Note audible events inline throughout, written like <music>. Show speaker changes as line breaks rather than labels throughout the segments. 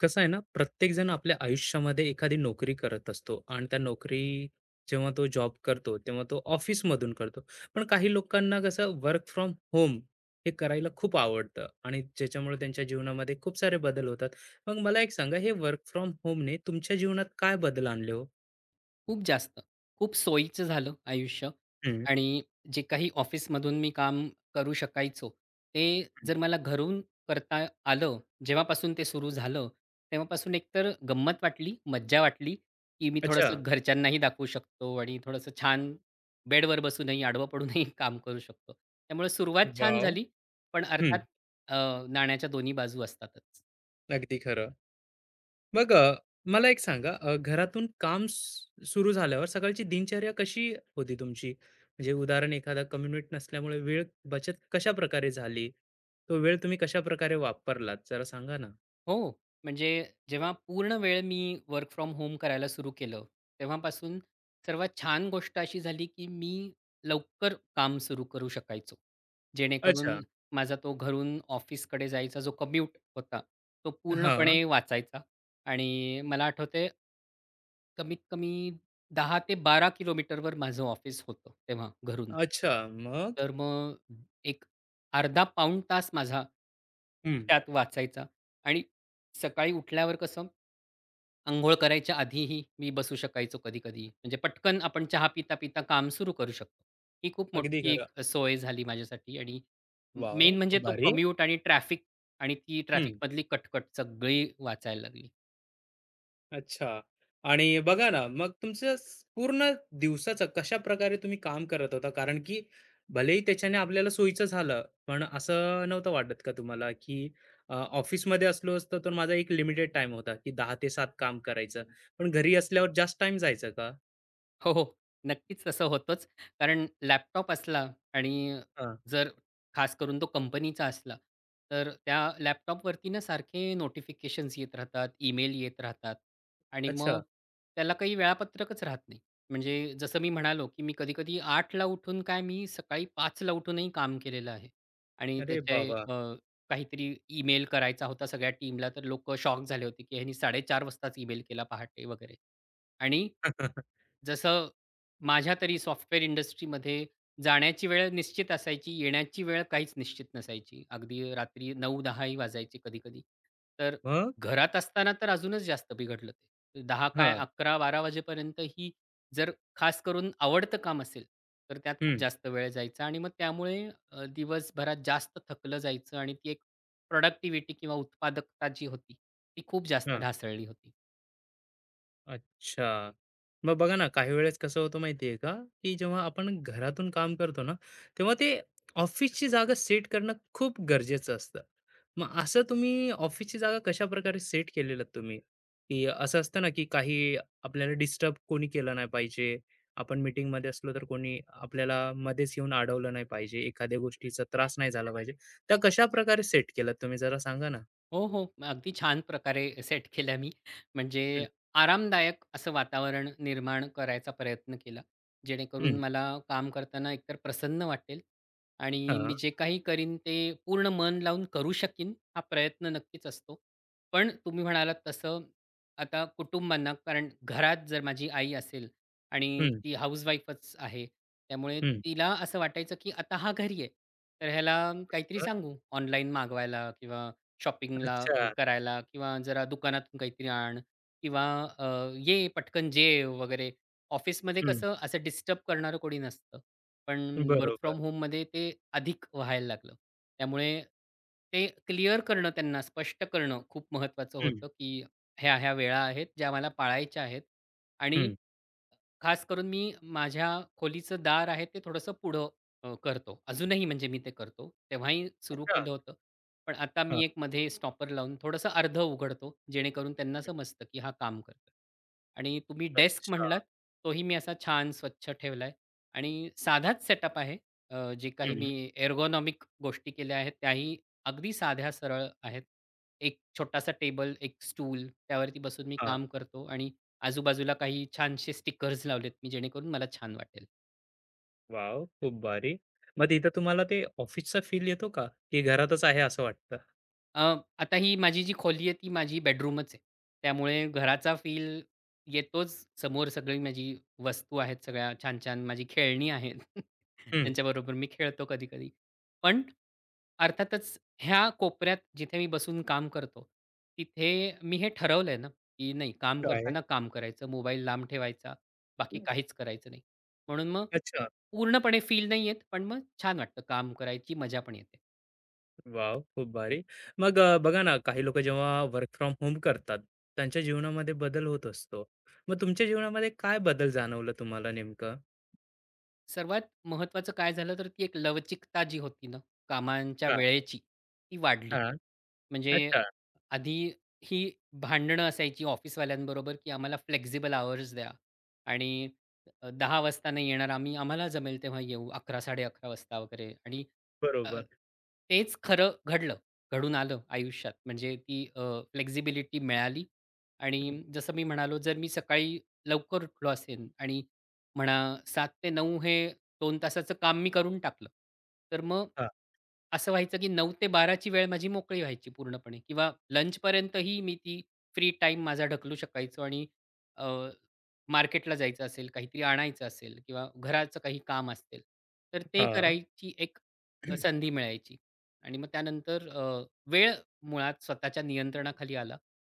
कसं आहे ना, प्रत्येक जण आपल्या आयुष्यामध्ये एखादी नोकरी करत असतो आणि त्या नोकरी जेव्हा तो जॉब करतो तेव्हा तो ऑफिस मधून करतो. पण काही लोकांना कसं वर्क फ्रॉम होम हे करायला खूप आवडतं आणि ज्याच्यामुळे त्यांच्या जीवनामध्ये खूप सारे बदल होतात. मग मला एक सांगा, हे वर्क फ्रॉम होमने तुमच्या जीवनात काय बदल आणले हो?
खूप जास्त. खूप सोयीचं झालं आयुष्य
हम्म.
आणि जे काही ऑफिसमधून मी काम करू शकायचो, ते
हम्म.
जर मला घरून करता आलं, जेव्हापासून ते सुरू झालं, तेव्हापासून एकतर गंमत वाटली, मज्जा वाटली, की मी
अच्छा.
थोडंसं घरच्यांनाही दाखवू शकतो आणि थोडंसं छान बेडवर बसूनही, आडवं पडूनही <laughs> काम करू शकतो. त्यामुळे सुरुवात छान
वाव.
झाली, पण अर्थात
हम्म.
अ, नाण्याच्या दोन्ही बाजू असतातच.
अगदी खरं. मग मला एक सांगा, घरातून काम सुरू झाल्यावर सकाळची दिनचर्या कशी होती तुमची? म्हणजे उदाहरण एखादा कम्युनिट नसल्यामुळे वेळ बचत कशा प्रकारे झाली? तो वेळ तुम्ही कशा प्रकारे वापरलात जरा सांगा ना.
हो. म्हणजे जेव्हा पूर्ण वेळ मी वर्क फ्रॉम होम करायला सुरू केलं, तेव्हापासून सर्वात छान गोष्ट अशी झाली, की मी लवकर काम सुरू करू शकायचो. जेणेकरून
अच्छा.
माझा तो घरून ऑफिसकडे जायचा जो कम्यूट होता, तो
हा.
पूर्णपणे वाचायचा आणि मला आठवतंय कमीत कमी 10 ते 12 किलोमीटरवर माझं ऑफिस होतं तेव्हा घरून.
अच्छा. मग
तर मग एक अर्धा पाऊण तास माझा
हम्म.
त्यात वाचायचा आणि सकाळी उठल्यावर कसं, अंघोळ करायच्या आधीही मी बसू शकायचो कधी-कधी. म्हणजे पटकन आपण चहा पिता-पिता काम सुरू करू शकतो. ही खूप
अगदी
मोठी
खरं.
एक सोय झाली माझ्यासाठी आणि
वाव,
मेन म्हणजे
खूप
तो
भारी.
कम्यूट आणि ट्रॅफिक आणि ती ट्रॅफिकमधली कटकट सगळी वाचायला लागली.
अच्छा. आणि बघा ना, मग तुमचं स पूर्ण दिवसाचं कशाप्रकारे तुम्ही काम करत होता? कारण की भलेही त्याच्याने आपल्याला सोयीचं झालं, पण असं नव्हतं वाटत का तुम्हाला, की ऑफिसमध्ये असलो असतो तर माझा एक लिमिटेड टाइम होता, की 10 ते 7 काम करायचं. पण घरी असल्यावर जास्त टाईम जायचं का?
हो, हो. नक्कीच तसं होतंच. कारण लॅपटॉप असला आणि
हां.
जर खास करून तो कंपनीचा असला, तर त्या लॅपटॉपवरती ना सारखे नोटिफिकेशन्स येत राहतात, ईमेल येत राहतात आणि
अच्छा.
मग त्याला काही वेळापत्रकच राहत नाही. म्हणजे जसं मी म्हणालो, की मी कधी-कधी आठला उठून काय मी सकाळी पाचला उठूनही काम केलेलं आहे आणि
अरे
त्याचे
बाबा!
काहीतरी ईमेल करायचा होता सगळ्या टीमला, तर लोकं शॉक झाले होते, की ह्यानी 4:30 वाजताच ईमेल केला पहाटे वगैरे आणि
<laughs>
जसं माझ्या तरी सॉफ्टवेअर इंडस्ट्रीमध्ये जाण्याची वेळ निश्चित असायची, येण्याची वेळ काहीच निश्चित नसायची. अगदी रात्री 9-10 ही वाजायचे कधी-कधी. तर
मग?
घरात असताना तर अजूनच जास्त बिघडलं ते. 10 काय
हां.
11-12 वाजेपर्यंत ही जर खास करून आवडतं काम असेल, तर त्यात खूप
हं.
जास्त वेळ जायचा आणि मग त्यामुळे दिवसभरात जास्त थकलं जायचं आणि ती एक प्रॉडक्टिव्हिटी किंवा उत्पादकता जी होती, ती खूप जास्त ढासळली होती.
अच्छा. मग बघा ना, काही वेळेस कसं होतं माहिती आहे का, की जेव्हा आपण घरातून काम करतो ना, तेव्हा ते ऑफिसची जागा सेट करणं खूप गरजेचं असतं. मग असं तुम्ही ऑफिसची जागा कशाप्रकारे सेट केलेलं तुम्ही? की असं असतं ना, की काही आपल्याला डिस्टर्ब कोणी केलं नाही पाहिजे. आपण मीटिंगमध्ये असलो तर कोणी आपल्याला मध्येच येऊन अडवलं नाही पाहिजे. एखाद्या गोष्टीचा त्रास नाही झाला पाहिजे. त्या कशाप्रकारे सेट केलं तुम्ही जरा सांगा ना?
हो, हो. अगदी छान प्रकारे सेट केल्या मी. म्हणजे
हं,
आरामदायक असं वातावरण निर्माण करायचा प्रयत्न केला. जेणेकरून
हं.
मला काम करताना एकतर प्रसन्न वाटेल आणि
हां.
मी जे काही करीन ते पूर्ण मन लावून करू शकीन, हा प्रयत्न नक्कीच असतो. पण तुम्ही म्हणालात तसं आता कुटुंबांना कारण घरात जर माझी आई असेल आणि
हं,
ती हाउसवाईफच आहे. त्यामुळे
हं.
तिला असं वाटायचं, की आता हा घरी आहे. तर ह्याला काहीतरी सांगू ऑनलाईन मागवायला किंवा शॉपिंगला
अच्छा.
करायला किंवा जरा दुकानातून काहीतरी आण किंवा अ, ये पटकन जेव वगैरे. ऑफिसमध्ये
हं.
कसं असं डिस्टर्ब करणारं कोणी नसतं. पण वर्क
बरोबर.
फ्रॉम होममध्ये ते अधिक व्हायला लागलं. त्यामुळे ते क्लिअर करणं त्यांना स्पष्ट करणं खूप महत्त्वाचं
हं,
होतं, की ह्या-ह्या वेळा आहेत ज्या मला पाळायच्या आहेत आणि
हं.
खास करून मी माझ्या खोलीचं दार आहे ते थोडंसं पुढं करतो. अजूनही म्हणजे मी ते करतो. तेव्हाही सुरू
अच्छा.
केलं होतं. पण आता मी
हां.
एक मध्ये स्टॉपर लावून थोडंसं अर्धं उघडतो, जेणेकरून त्यांना समजतं, की हा काम करतो आणि तुम्ही डेस्क
अच्छा.
म्हणलात, तोही मी असा छान स्वच्छ ठेवलाय आणि साधाच सेटअप आहे. जे काही
हं.
मी एर्गोनॉमिक गोष्टी केल्या आहेत, त्याही अगदी साध्या सरळ आहेत. एक छोटासा टेबल, एक स्टूल त्यावरती बसून मी
हां.
काम करतो आणि आजूबाजूला काही छानसे स्टिकर्स लावलेत मी जेणेकरून मला छान वाटेल.
वॉव, खूप भारी! मग तिथं तुम्हाला ते ऑफिसचा फील येतो का? की घरातच आहे असं वाटतं?
अ, आता ही माझी जी खोली आहे ती माझी बेडरूमच आहे. त्यामुळे घराचा फील येतोच. समोर सगळी माझी वस्तू आहेत सगळ्या छान-छान माझी खेळणी आहेत. <laughs>
हं.
त्यांच्याबरोबर मी खेळतो कधी-कधी. पण अर्थातच ह्या कोपऱ्यात जिथे मी बसून काम करतो, तिथे मी हे ठरवलंय ना, की नाही काम
काय? आहे?
करताना काम करायचं, मोबाईल लांब ठेवायचा, बाकी
हम्म.
काहीच करायचं नाही. म्हणून मग
अच्छा.
पूर्णपणे फील नाही येत, पण मग छान वाटतं काम करायची मजा पण येते.
वाव, खूप भारी. मग बघा ना, काही लोकं जेव्हा वर्क फ्रॉम होम करतात, त्यांच्या जीवनामध्ये बदल होत असतो. मग तुमच्या जीवनामध्ये काय बदल जाणवलं तुम्हाला नेमकं?
सर्वात महत्त्वाचं काय झालं, तर ती एक लवचिकता जी होती ना, कामांच्या
हां,
वेळेची, ती वाढली.
हां.
म्हणजे
अच्छा.
आधी ही भांडणं असायची ऑफिसवाल्यांबरोबर, की आम्हाला फ्लेक्सिबल आवर्स द्या आणि 10 वाजता नाही येणार आम्ही, आम्हाला जमेल तेव्हा येऊ 11 11:30 वाजता वगैरे आणि अ,
बरोबर.
तेच खरं घडलं, घडून आलं आयुष्यात. म्हणजे ती मिळाली
हं.
आणि जसं मी म्हणालो, जर मी सकाळी लवकर उठलो असेन आणि म्हणा 7 ते 9 हे 2 तासाचं काम मी करून टाकलं. तर मग
हां,
असं व्हायचं, की 9 ते 12 ची वेळ माझी मोकळी व्हायची पूर्णपणे किंवा लंचपर्यंतही मी ती फ्री टाईम माझा ढकलू शकायचो आणि अ, मार्केटला जायचं असेल, काहीतरी आणायचं असेल किंवा घराचं काही काम असेल, तर ते
हां.
करायची एक
<clears throat>
संधी मिळायची. आणि मग त्यानंतर वेळ मुळात स्वतःच्या नियंत्रणाखाली आला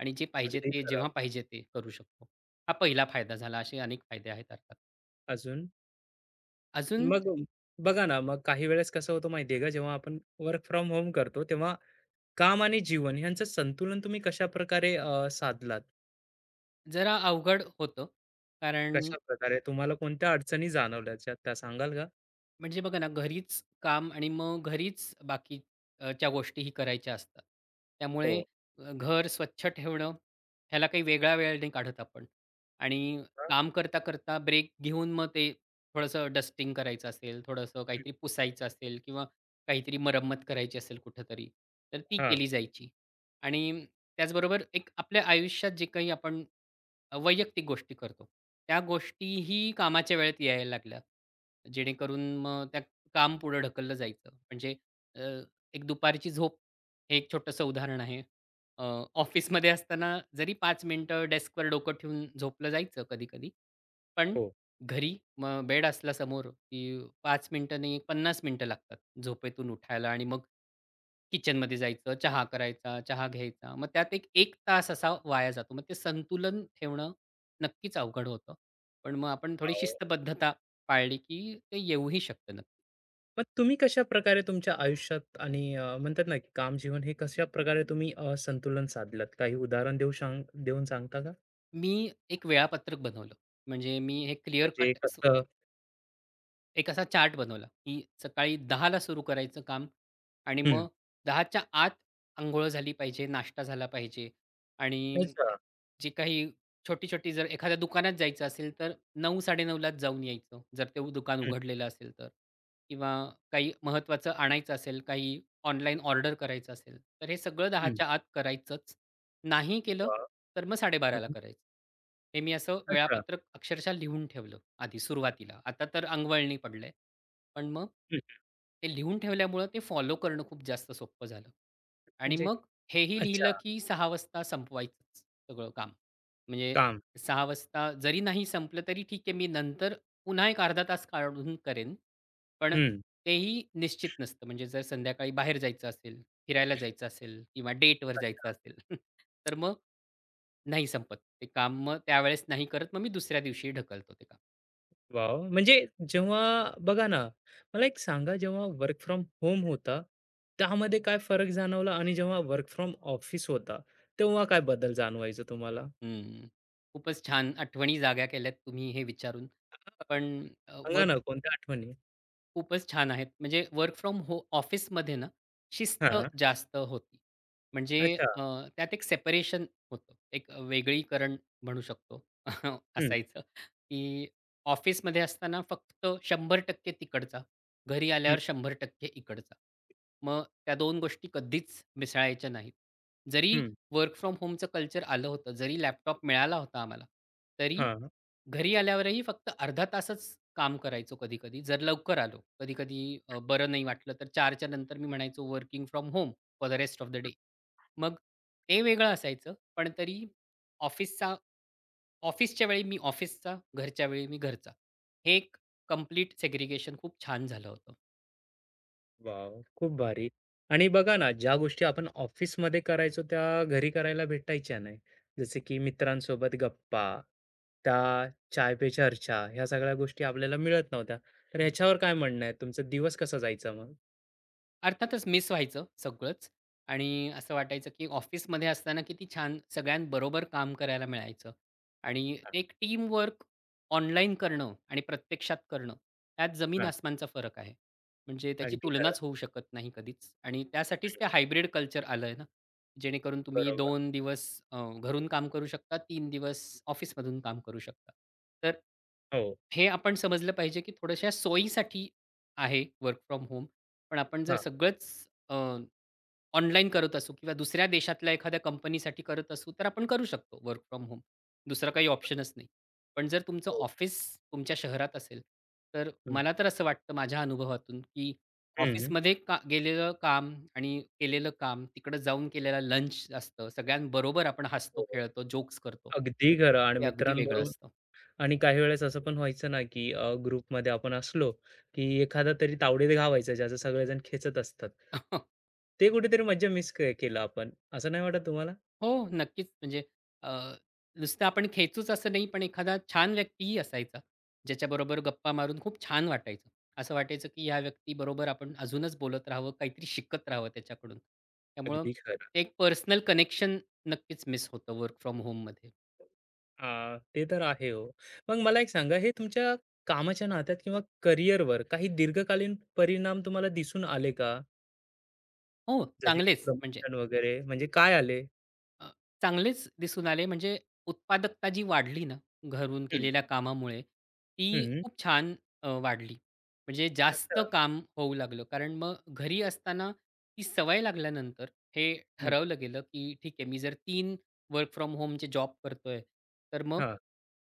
आणि जे पाहिजे
अगदी
ते
खरं.
जेव्हा पाहिजे ते करू शकतो. हा पहिला फायदा झाला. असे अनेक फायदे आहेत अर्थात.
अजून?
अजून
मग बघा ना, मग काही वेळेस कसं होतं माहिती आहे का, जेव्हा आपण वर्क फ्रॉम होम करतो, तेव्हा काम आणि जीवन यांचं संतुलन तुम्ही कशाप्रकारे साधलात?
जरा अवघड होतं. कारण
कशा प्रकारे तुम्हाला कोणत्या अडचणी जाणवल्या ज्या त्या सांगाल का?
म्हणजे बघा ना, घरीच काम आणि मग घरीच बाकी च्या गोष्टीही करायच्या असतात. त्यामुळे
हो.
घर स्वच्छ ठेवणं ह्याला काही वेगळा वेळ नाही काढत आपण आणि
हां.
काम करता-करता ब्रेक घेऊन मग ते थोडंसं डस्टिंग करायचं असेल, थोडंसं
हं.
काहीतरी पुसायचं असेल किंवा काहीतरी मरम्मत करायची असेल कुठेतरी, तर ती
हां.
केली जायची. आणि त्याचबरोबर एक आपल्या आयुष्यात जे काही आपण वैयक्तिक गोष्टी करतो, त्या गोष्टीही कामाच्या वेळेत यायला लागल्या. जेणेकरून मग त्या काम पुढं ढकललं जायचं. म्हणजे अ, एक दुपारची झोप हे एक छोटंसं उदाहरण आहे. अ, ऑफिसमध्ये असताना जरी 5 मिनिटं डेस्कवर डोकं ठेवून झोपलं जायचं कधी-कधी, पण
हो.
घरी मग बेड असला समोर, की 5 मिनिटं नाही 50 मिनिटं लागतात झोपेतून उठायला आणि मग किचनमध्ये जायचं, चहा करायचा, चहा घ्यायचा. मग त्यात एक 1 तास असा वाया जातो. मग ते संतुलन ठेवणं नक्कीच अवघड होतं. पण मग आपण थोडी
अहो.
शिस्तबद्धता पाळली, की ते येऊही शकतं नक्की.
मग तुम्ही कशाप्रकारे तुमच्या आयुष्यात आणि म्हणतात ना, की काम जीवन हे कशाप्रकारे तुम्ही संतुलन साधलत? काही उदाहरण देऊन सांगता का?
मी एक वेळापत्रक बनवलं. म्हणजे मी हे क्लिअर
म्हणजे
कट
कसं?
एक असा चार्ट बनवला, की सकाळी 10ला सुरू करायचं काम आणि
हं.
मग दहाच्या आत अंघोळ झाली पाहिजे, नाश्ता झाला पाहिजे आणि
अच्छा.
जी काही छोटी-छोटी जर एखाद्या दुकानात जायचं असेल, तर 9:00-9:30लाच जाऊन यायचं, जर ते दुकान
हं,
उघडलेलं असेल तर. किंवा काही महत्त्वाचं आणायचं असेल, काही ऑनलाईन ऑर्डर करायचं असेल, तर हे सगळं
हं.
10च्या आत करायचंच. नाही केलं,
वाह!
तर मग 12:30ला
हं.
करायचं. हे मी असं
अच्छा.
वेळापत्रक अक्षरशः लिहून ठेवलं आधी सुरुवातीला. आता तर अंगवळणी पडलंय. पण मग
हं.
ते लिहून ठेवल्यामुळं ते फॉलो करणं खूप जास्त सोपं झालं. आणि
म्हणजे
मग हेही
अच्छा.
लिहिलं की 6 वाजता संपवायचंच सगळं काम. म्हणजे
काम.
6 वाजता जरी नाही संपलं तरी ठीक आहे, मी नंतर पुन्हा एक अर्धा तास काढून करेन. पण
हं.
तेही निश्चित नसतं. म्हणजे जर संध्याकाळी बाहेर जायचं असेल, फिरायला जायचं असेल किंवा डेटवर जायचं असेल, <laughs> तर मग नाही संपत ते काम. मग त्यावेळेस नाही करत. मग मी दुसऱ्या दिवशी ढकलतो ते काम.
वॉव! म्हणजे जेव्हा बघा ना, मला एक सांगा जेव्हा वर्क फ्रॉम होम होता, त्यामध्ये काय फरक जाणवला आणि जेव्हा वर्क फ्रॉम ऑफिस होता, तेव्हा काय बदल जाणवायचा तुम्हाला?
हं. खूपच छान आठवणी जाग्या केल्यात तुम्ही हे विचारून.
हां.
पण अ,
सांगा ना कोणत्या आठवणी?
खूपच छान आहेत. म्हणजे वर्क फ्रॉम ऑफिसमध्ये ना, शिस्त
हां.
जास्त होती. म्हणजे
अच्छा.
अ, त्यात एक सेपरेशन होतं. एक वेगळीकरण म्हणू शकतो. <laughs>
हं,
असायचं, की ऑफिसमध्ये असताना फक्त 100% तिकडचा, घरी
हं,
आल्यावर 100% इकडचा. मग त्या 2 गोष्टी कधीच मिसळायच्या नाहीत. जरी
हं.
वर्क फ्रॉम होमचं कल्चर आलं होतं, जरी लॅपटॉप मिळाला होता आम्हाला, तरी
हां.
घरी आल्यावरही फक्त अर्धा तासच काम करायचो कधी-कधी. जर लवकर आलो. कधी-कधी बरं नाही वाटलं तर 4च्या नंतर मी म्हणायचो working from home for the rest of the day. मग ते वेगळं असायचं. पण तरी ऑफिसचा ऑफिसच्या वेळी मी ऑफिसचा, घरच्या वेळी मी घरचा. हे एक कंप्लीट सेग्रीगेशन खूप छान झालं होतं.
वाव, खूप भारी. आणि बघा ना, ज्या गोष्टी आपण ऑफिसमध्ये करायचो, त्या घरी करायला भेटायच्या नाही. जसे की मित्रांसोबत गप्पा, त्या चाय पे चर्चा, ह्या सगळ्या गोष्टी आपल्याला मिळत नव्हत्या. तर ह्याच्यावर काय म्हणणं आहे? तुमचा दिवस कसा जायचा मग?
अर्थातच मिस व्हायचं सगळंच आणि असं वाटायचं, की ऑफिसमध्ये असताना किती छान सगळ्यांबरोबर काम करायला मिळायचं आणि
हां,
ते एक टीमवर्क ऑनलाईन करणं आणि प्रत्यक्षात करणं, त्यात जमीन
हां.
आसमानचा फरक आहे. म्हणजे त्याची
अगदी खरं.
तुलनाच होऊ शकत नाही कधीच आणि त्यासाठीच
हं,
ते हायब्रिड कल्चर आलंय ना, जेणेकरून तुम्ही
बरोबर.
2 दिवस घरून काम करू शकता, 3 दिवस ऑफिसमधून काम करू शकता. तर
हो.
हे आपण समजलं पाहिजे, की थोड्याशा सोयीसाठी आहे वर्क फ्रॉम होम पण आपण जर
हां.
सगळंच अ, ऑनलाईन करत असू किंवा दुसऱ्या देशातल्या एखाद्या कंपनीसाठी करत असू, तर आपण करू शकतो वर्क फ्रॉम होम. दुसरा काही ऑप्शनच नाही. पण जर तुमचं
हो.
ऑफिस तुमच्या शहरात असेल, तर
हं.
मला तर असं वाटतं माझ्या अनुभवातून, की
हं.
ऑफिसमध्ये का गेलेलं काम आणि केलेलं काम, तिकडं जाऊन केलेला लंच असतं. सगळ्यांबरोबर आपण हसतो,
हो.
खेळतो, जोक्स करतो.
अगदी खरं. आणि
ते अगदी वेगळं
मित्रांबरोबर
असतं.
आणि काही वेळेस असं पण व्हायचं ना, की ग्रुपमध्ये आपण असलो, की एखादा तरी तावडीत घावायचा ज्याचं सगळेजण खेचत असतात.
<laughs>
ते कुठेतरी मज्जा मिस के केलं आपण, असं नाही वाटत तुम्हाला?
हो, नक्कीच. म्हणजे अ, नुसतं आपण खेचूच असं नाही, पण एखादा छान व्यक्तीही असायचा, ज्याच्याबरोबर गप्पा मारून खूप छान वाटायचं. असं वाटायचं, की ह्या व्यक्तीबरोबर आपण अजूनच बोलत राहावं, काहीतरी शिकत राहावं त्याच्याकडून. त्यामुळं
अगदी खरं.
ते एक पर्सनल कनेक्शन नक्कीच मिस होतं वर्क फ्रॉम होममध्ये.
ते तर आहे हो. मग मला एक सांगा, हे तुमच्या कामाच्या नात्यात किंवा करिअरवर काही दीर्घकालीन परिणाम तुम्हाला दिसून आले का?
हो,
जसे की
चांगलेच म्हणजे
प्रमोशन वगैरे, म्हणजे काय आले?
अ, चांगलेच दिसून आले. म्हणजे उत्पादकता जी वाढली ना, घरून केलेल्या कामामुळे, ती
हं, हं.
खूप छान वाढली. म्हणजे जास्त
अच्छा.
काम होऊ लागलं. कारण मग घरी असताना ती सवय लागल्यानंतर हे
हं.
ठरवलं गेलं, की ठीक आहे, मी जर 3 वर्क फ्रॉम होमचे जॉब करतोय, तर मग
हां.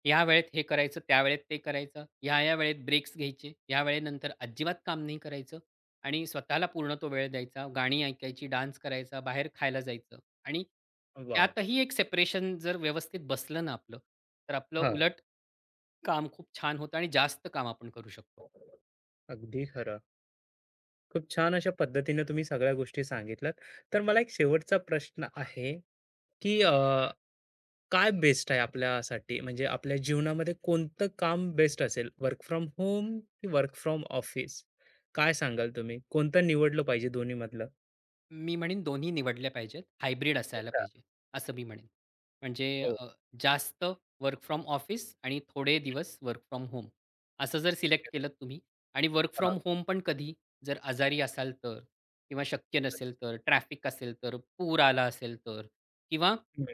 या वेळेत हे करायचं, त्यावेळेत ते करायचं, ह्या-ह्या वेळेत ब्रेक्स घ्यायचे, ह्या वेळेनंतर अजिबात काम नाही करायचं आणि स्वतःला पूर्ण तो वेळ द्यायचा. गाणी ऐकायची, डान्स करायचा, बाहेर खायला जायचं. आणि
वाह!
त्यातही एक सेपरेशन जर व्यवस्थित बसलं ना आपलं, तर आपलं
हां.
उलट काम खूप छान होतं आणि जास्त काम आपण करू शकतो.
अगदी खरं. खूप छान अशा पद्धतीने तुम्ही सगळ्या गोष्टी सांगितल्यात. तर मला एक शेवटचा प्रश्न आहे, की काय बेस्ट आहे आपल्यासाठी? म्हणजे आपल्या जीवनामध्ये कोणतं काम बेस्ट असेल? वर्क फ्रॉम होम की वर्क फ्रॉम ऑफिस? काय सांगाल तुम्ही? कोणतं निवडलं पाहिजे दोन्हीमधलं?
मी म्हणेन दोन्ही निवडल्या पाहिजेत. हायब्रिड असायला
अच्छा.
पाहिजे, असं मी म्हणेन. म्हणजे
ओके.
जास्त वर्क फ्रॉम ऑफिस आणि थोडे दिवस वर्क फ्रॉम होम असं जर सिलेक्ट केलं तुम्ही आणि वर्क
हां.
फ्रॉम होम पण कधी जर आजारी असाल तर किंवा शक्य नसेल तर, ट्रॅफिक असेल तर, पूर आला असेल तर किंवा
हं,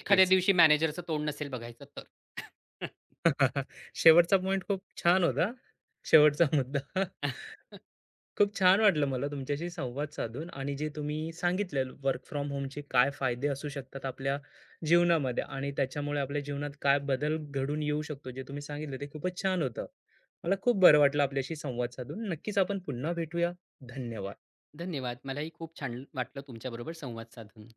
एखाद्या दिवशी मॅनेजरचं तोंड नसेल बघायचं तर. <laughs>
<laughs> शेवटचा पॉइंट खूप छान होता. शेवटचा मुद्दा. <laughs>
<laughs>
खूप छान वाटलं मला तुमच्याशी संवाद साधून आणि जे तुम्ही सांगितलं वर्क फ्रॉम होमचे काय फायदे असू शकतात आपल्या जीवनामध्ये आणि त्याच्यामुळे आपल्या जीवनात काय बदल घडून येऊ शकतो, जे तुम्ही सांगितलं ते खूपच छान होतं. मला खूप बरं वाटलं आपल्याशी संवाद साधून. नक्कीच आपण पुन्हा भेटूया. धन्यवाद.
धन्यवाद. मलाही खूप छान वाटलं तुमच्याबरोबर संवाद साधून.